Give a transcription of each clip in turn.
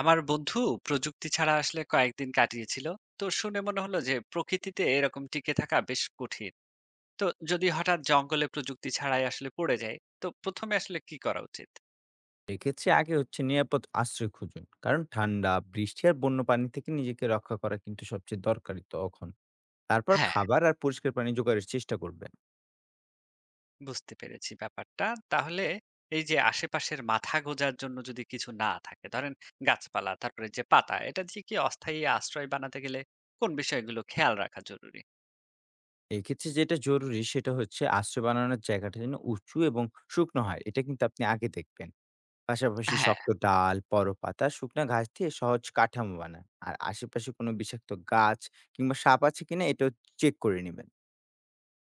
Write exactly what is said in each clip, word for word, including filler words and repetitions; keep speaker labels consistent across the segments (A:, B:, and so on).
A: আমার বন্ধু প্রযুক্তি ছাড়া আসলে কয়েকদিন কাটিয়েছিল। তো শুনে মনে হলো যে প্রকৃতিতে এরকম টিকে থাকা বেশ কঠিন। তো যদি হঠাৎ জঙ্গলে প্রযুক্তি ছাড়াই আসলে পড়ে যায়, তো প্রথমে আসলে কি করা উচিত?
B: এক্ষেত্রে আগে হচ্ছে নিরাপদ আশ্রয় খুঁজুন, কারণ ঠান্ডা বৃষ্টি আর বন্য পানি থেকে নিজেকে রক্ষা করা কিন্তু সবচেয়ে দরকারি তখন। তারপর
A: হ্যাঁ,
B: খাবার আর পরিষ্কার পানি জোগাড়ের চেষ্টা করবেন।
A: বুঝতে পেরেছি ব্যাপারটা। তাহলে এই যে আশেপাশের মাথা গোঁজার জন্য যদি কিছু না থাকে, ধরেন গাছপালা তারপরে যে পাতা এটা দিয়ে কি অস্থায়ী আশ্রয় বানাতে গেলে কোন বিষয়গুলো খেয়াল রাখা জরুরি?
B: এক্ষেত্রে যেটা জরুরি সেটা হচ্ছে আশ্রয় বানানোর জায়গাটা যেন উঁচু এবং শুকনো হয়, এটা কিন্তু আপনি আগে দেখবেন। পাশাপাশি
A: হ্যাঁ,
B: শক্ত ডাল, পরপাতা, শুকনা ঘাস দিয়ে সহজ কাঠামো বানান আর আশেপাশে কোনো বিষাক্ত গাছ কিংবা সাপ আছে কিনা এটাও চেক করে নেবেন।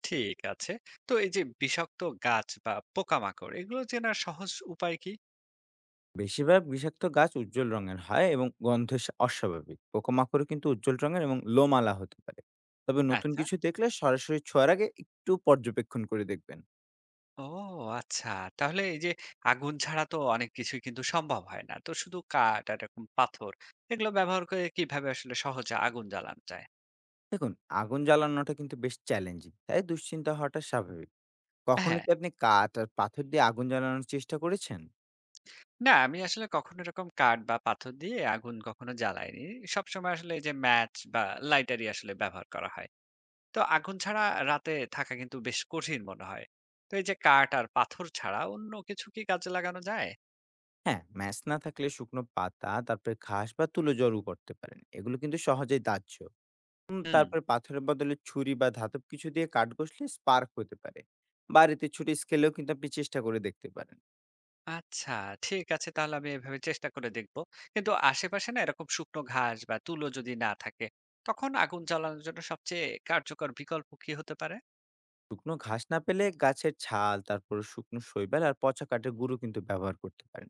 A: ঠিক আছে। তো এই যে বিষাক্ত গাছ বা পোকামাকড় এগুলো চেনার সহজ উপায় কি?
B: বেশিরভাগ বিষাক্ত গাছ উজ্জ্বল রঙের হয় এবং গন্ধ স- অস্বাভাবিক, পোকামাকড়ও কিন্তু উজ্জ্বল রঙের এবং লোমালা হতে পারে। তবে নতুন
A: আচ্ছা।
B: কিছু দেখলে সরাসরি ছোঁয়ার আগে একটু পর্যবেক্ষণ করে দেখবেন।
A: ও আচ্ছা। তাহলে এই যে আগুন ছাড়া তো অনেক কিছুই কিন্তু সম্ভব হয় না। তো শুধু কাঠ আর এরকম পাথর এগুলো ব্যবহার করে কিভাবে আসলে সহজে আগুন জ্বালানো যায়?
B: দেখুন, আগুন জ্বালানোটা কিন্তু বেশ চ্যালেঞ্জিং, তাই দুশ্চিন্তা হওয়াটা স্বাভাবিক। কখনো
A: হ্যাঁ।
B: কি আপনি কাঠ আর পাথর দিয়ে আগুন জ্বালানোর চেষ্টা করেছেন?
A: না, আমি আসলে কখনো এরকম কাঠ বা পাথর দিয়ে আগুন কখনো জ্বালাইনি। সবসময় আসলে এই যে ম্যাচ বা লাইটারই আসলে ব্যবহার করা হয়। তো আগুন ছাড়া রাতে থাকা কিন্তু বেশ কঠিন মনে হয়। তো এই যে কাঠ আর পাথর ছাড়া অন্য কিছু কি কাজে লাগানো যায়?
B: হ্যাঁ, ম্যাচ না থাকলে শুকনো পাতা, তারপরে ঘাস বা তুলো জড়ো করতে পারেন, এগুলো কিন্তু সহজেই দাহ্য। উম
A: হুম।
B: তারপরে পাথরের বদলে ছুরি বা ধাতব কিছু দিয়ে কাঠ ঘষলে স্পার্ক হতে পারে। বাড়িতে ছোট স্কেলেও কিন্তু আপনি চেষ্টা করে দেখতে পারেন।
A: আচ্ছা, ঠিক আছে, তাহলে আমি এভাবে চেষ্টা করে দেখব। কিন্তু আশেপাশে না এরকম শুকনো ঘাস বা তুলো যদি না থাকে, তখন আগুন জ্বালানোর জন্য সবচেয়ে কার্যকর বিকল্প কি হতে পারে?
B: শুকনো ঘাস না পেলে গাছের ছাল, তারপর শুকনো শৈবাল আর পচা কাঠের গুঁড়ো কিন্তু ব্যবহার করতে পারেন।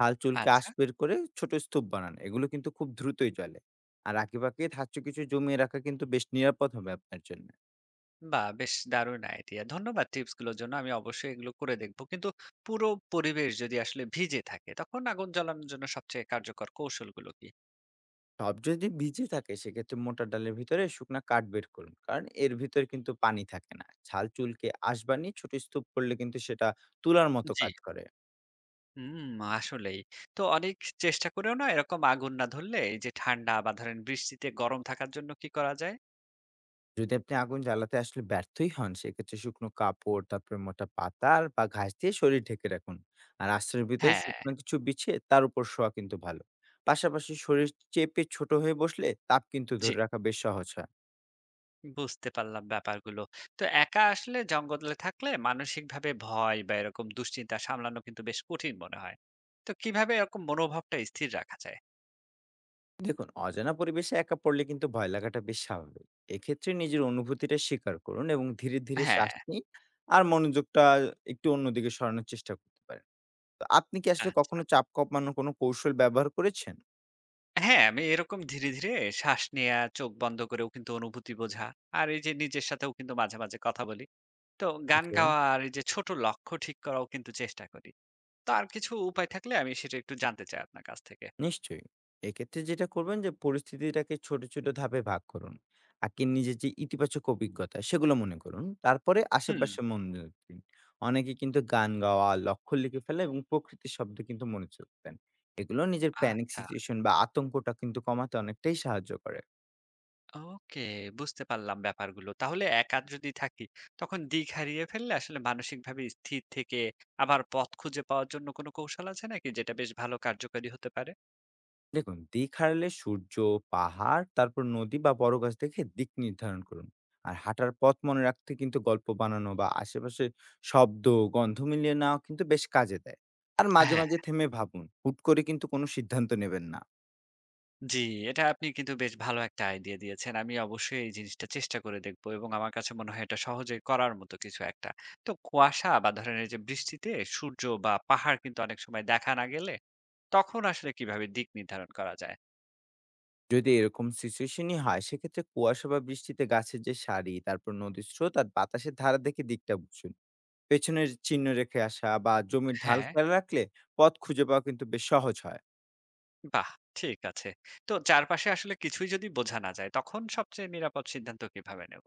B: হাল চুলকে
A: আচ্ছা,
B: আঁশ বের করে ছোট স্তূপ বানান। এগুলো কিন্তু খুব দ্রুতই চলে। আর আঁকিবাঁকি ধাতব কিছু জমিয়ে রাখা কিন্তু বেশ নিরাপদ হবে আপনার জন্য।
A: বাহ! বেশ দারুণ আইডিয়া। ধন্যবাদ টিপস গুলোর জন্য। আমি অবশ্যই এগুলো করে দেখব। কিন্তু পুরো পরিবেশ যদি আসলে ভিজে থাকে, তখন আগুন জ্বালানোর জন্য সবচেয়ে কার্যকর কৌশলগুলো কি?
B: টব যদি ভিজে থাকে, সেক্ষেত্রে মোটা ডালের ভিতরে শুকনা কাঠ বের করুন, কারণ এর ভিতরে কিন্তু পানি থাকে না। ছাল চুলকে আঁশ বানিয়ে ছোট স্তূপ করলে কিন্তু সেটা তুলার মতো
A: জি।
B: কাজ করে।
A: হুম, আসলেই। তো অনেক চেষ্টা করেও না এরকম আগুন না ধরলে এই যে ঠান্ডা বা ধরেন বৃষ্টিতে গরম থাকার জন্য কি করা যায়?
B: যদি আপনি আগুন জ্বালাতে আসলে ব্যর্থই হন, সেক্ষেত্রে শুকনো কাপড়, তারপরে মোটা পাতা আর বা ঘাস দিয়ে শরীর ঢেকে রাখুন। আর আশ্রয়ের ভিতরে
A: হ্যাঁ,
B: শুকনো কিছু বিছিয়ে তার উপর শোয়া কিন্তু ভালো। পাশাপাশি শরীর চেপে ছোট হয়ে বসলে তাপ কিন্তু
A: জি।
B: ধরে রাখা বেশ সহজ হয়।
A: বুঝতে পারলাম ব্যাপারগুলো। তো একা আসলে জঙ্গলে থাকলে মানসিকভাবে ভয় বা এরকম দুশ্চিন্তা সামলানো কিন্তু বেশ কঠিন মনে হয়। তো কিভাবে এরকম মনোভাবটা স্থির রাখা যায়?
B: দেখুন, অজানা পরিবেশে একা পড়লে কিন্তু ভয় লাগাটা বেশ স্বাভাবিক। এক্ষেত্রে নিজের অনুভূতিটা স্বীকার করুন এবং ধীরে, ধীরে
A: হ্যাঁ,
B: শ্বাস নিন। আর মনোযোগটা একটু অন্যদিকে সরানোর চেষ্টা করতে পারেন। তো আপনি কি আসলে
A: আচ্ছা।
B: কখনো চাপ কমানোর কোনো কৌশল ব্যবহার করেছেন?
A: হ্যাঁ, আমি এরকম ধীরে, ধীরে শ্বাস নেয়া, চোখ বন্ধ করেও কিন্তু অনুভূতি বোঝা, আর এই যে নিজের সাথেও কিন্তু মাঝে, মাঝে কথা বলি। তো গান
B: ওকে।
A: গাওয়া আর এই যে ছোট লক্ষ্য ঠিক করাও কিন্তু চেষ্টা করি। তো আর কিছু উপায় থাকলে আমি সেটা একটু জানতে চাই আপনার কাছ থেকে।
B: নিশ্চয়ই। এক্ষেত্রে যেটা করবেন, যে পরিস্থিতিটাকে ছোট, ছোট ধাপে ভাগ করুন। আগে নিজের যে ইতিবাচক অভিজ্ঞতা সেগুলো মনে করুন। তারপরে
A: হুম,
B: আশেপাশে মনোযোগ দিন। অনেকে কিন্তু গান গাওয়া, লক্ষ্য লিখে ফেলা এবং প্রকৃতির শব্দ কিন্তু মনোযোগ দেন। এগুলো নিজের প্যানিক
A: আচ্ছা।
B: সিচুয়েশন বা আতঙ্কটা কিন্তু কমাতে অনেকটাই সাহায্য করে।
A: ওকে, বুঝতে পারলাম ব্যাপারগুলো। তাহলে একা যদি থাকি, তখন দিক হারিয়ে ফেললে আসলে মানসিকভাবে স্থির থেকে আবার পথ খুঁজে পাওয়ার জন্য কোনো কৌশল আছে নাকি যেটা বেশ ভালো কার্যকারী হতে পারে?
B: দেখুন, দিঘালে সূর্য, পাহাড়, তারপর নদী বা বড় গাছ দেখে দিক নির্ধারণ করুন। আর হাঁটার পথ মনে রাখতে কিন্তু গল্প বানানো বা আশেপাশে শব্দ, গন্ধ মিলিয়ে নেওয়া কিন্তু বেশ কাজে দেয়। আর মাঝে,
A: হ্যাঁ,
B: মাঝে থেমে ভাবুন। হুট করে কিন্তু কোনো সিদ্ধান্ত নেবেন না।
A: জি, এটা আপনি কিন্তু বেশ ভালো একটা আইডিয়া দিয়েছেন। আমি অবশ্যই এই জিনিসটা চেষ্টা করে দেখবো এবং আমার কাছে মনে হয় এটা সহজেই করার মতো কিছু একটা। তো কুয়াশা বা ধরেন এই যে বৃষ্টিতে সূর্য বা পাহাড় কিন্তু অনেক সময় দেখা না গেলে তখন আসলে কিভাবে দিক নির্ধারণ করা যায়?
B: যদি এরকম সিচুয়েশনই হয়, সেক্ষেত্রে কুয়াশা বা বৃষ্টিতে গাছের যে সারি, তারপর নদীর স্রোত আর বাতাসের ধারা দেখে দিকটা বুঝুন। পেছনের চিহ্ন রেখে আসা বা জমির ঢাল
A: হ্যাঁ।
B: খেয়াল রাখলে পথ খুঁজে পাওয়া কিন্তু বেশ সহজ হয়।
A: বাহ! ঠিক আছে। তো চারপাশে আসলে কিছুই যদি বোঝা না যায়, তখন সবচেয়ে নিরাপদ সিদ্ধান্ত কিভাবে নেব?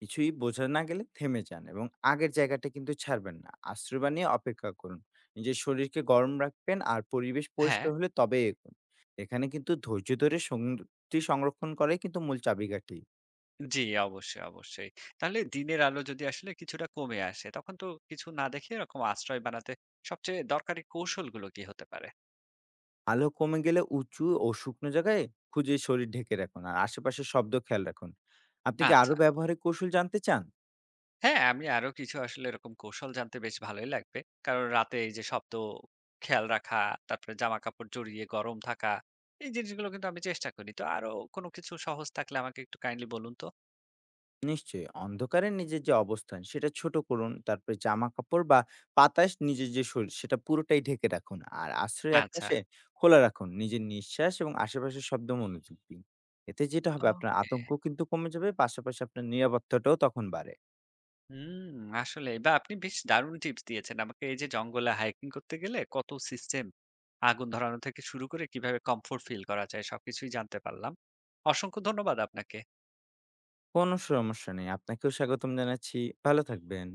B: কিছুই বোঝা না গেলে থেমে যান এবং আগের জায়গাটা কিন্তু ছাড়বেন না। আশ্রয় বানিয়ে অপেক্ষা করুন। নিজের শরীরকে গরম রাখবেন আর পরিবেশ
A: হ্যাঁ,
B: পরিষ্কার হলে তবেই এগোন। এখানে কিন্তু ধৈর্য ধরে শক্তি সংরক্ষণ করাই কিন্তু মূল চাবিকাঠি।
A: জি, অবশ্যই, অবশ্যই। তাহলে দিনের আলো যদি আসলে কিছুটা কমে আসে, তখন তো কিছু না দেখে এরকম আশ্রয় বানাতে সবচেয়ে দরকারি কৌশলগুলো কি হতে পারে?
B: আলো কমে গেলে উঁচু ও শুকনো জায়গায় খুঁজে শরীর ঢেকে রাখুন আর আশেপাশের শব্দ খেয়াল রাখুন। আপনি কি আরো
A: আচ্ছা।
B: ব্যবহারিক কৌশল জানতে চান?
A: হ্যাঁ, আমি আরো কিছু আসলে এরকম কৌশল জানতে বেশ ভালোই লাগবে। কারণ রাতে এই যে শব্দ খেয়াল রাখা, তারপরে জামাকাপড় জড়িয়ে গরম থাকা, এই জিনিসগুলো কিন্তু আমি চেষ্টা করি। তো আরো কোনো কিছু সহজ থাকলে আমাকে একটু কাইন্ডলি বলুন তো?
B: নিশ্চয়ই, অন্ধকারে নিজের যে অবস্থান সেটা ছোট করুন, তারপরে জামা কাপড় বা বাতাস নিজের যে শরীর সেটা পুরোটাই ঢেকে রাখুন। আর আশ্রয়ের
A: আচ্ছা,
B: একপাশে খোলা রাখুন, নিজের নিঃশ্বাস এবং আশেপাশের শব্দ মনোযোগ দিন। এতে যেটা হবে, আপনার
A: ওকে।
B: আতঙ্ক কিন্তু কমে যাবে, পাশাপাশি আপনার নিরাপত্তাটাও তখন বাড়ে।
A: হুম, আসলে বা আপনি বেশ দারুণ টিপস দিয়েছেন আমাকে। এই যে জঙ্গলে হাইকিং করতে গেলে কত সিস্টেম, আগুন ধরানো থেকে শুরু করে কিভাবে কমফোর্ট ফিল করা যায় সবকিছুই জানতে পারলাম। অসংখ্য ধন্যবাদ আপনাকে।
B: কোনো সমস্যা নেই, আপনাকেও স্বাগতম জানাচ্ছি। ভালো থাকবেন।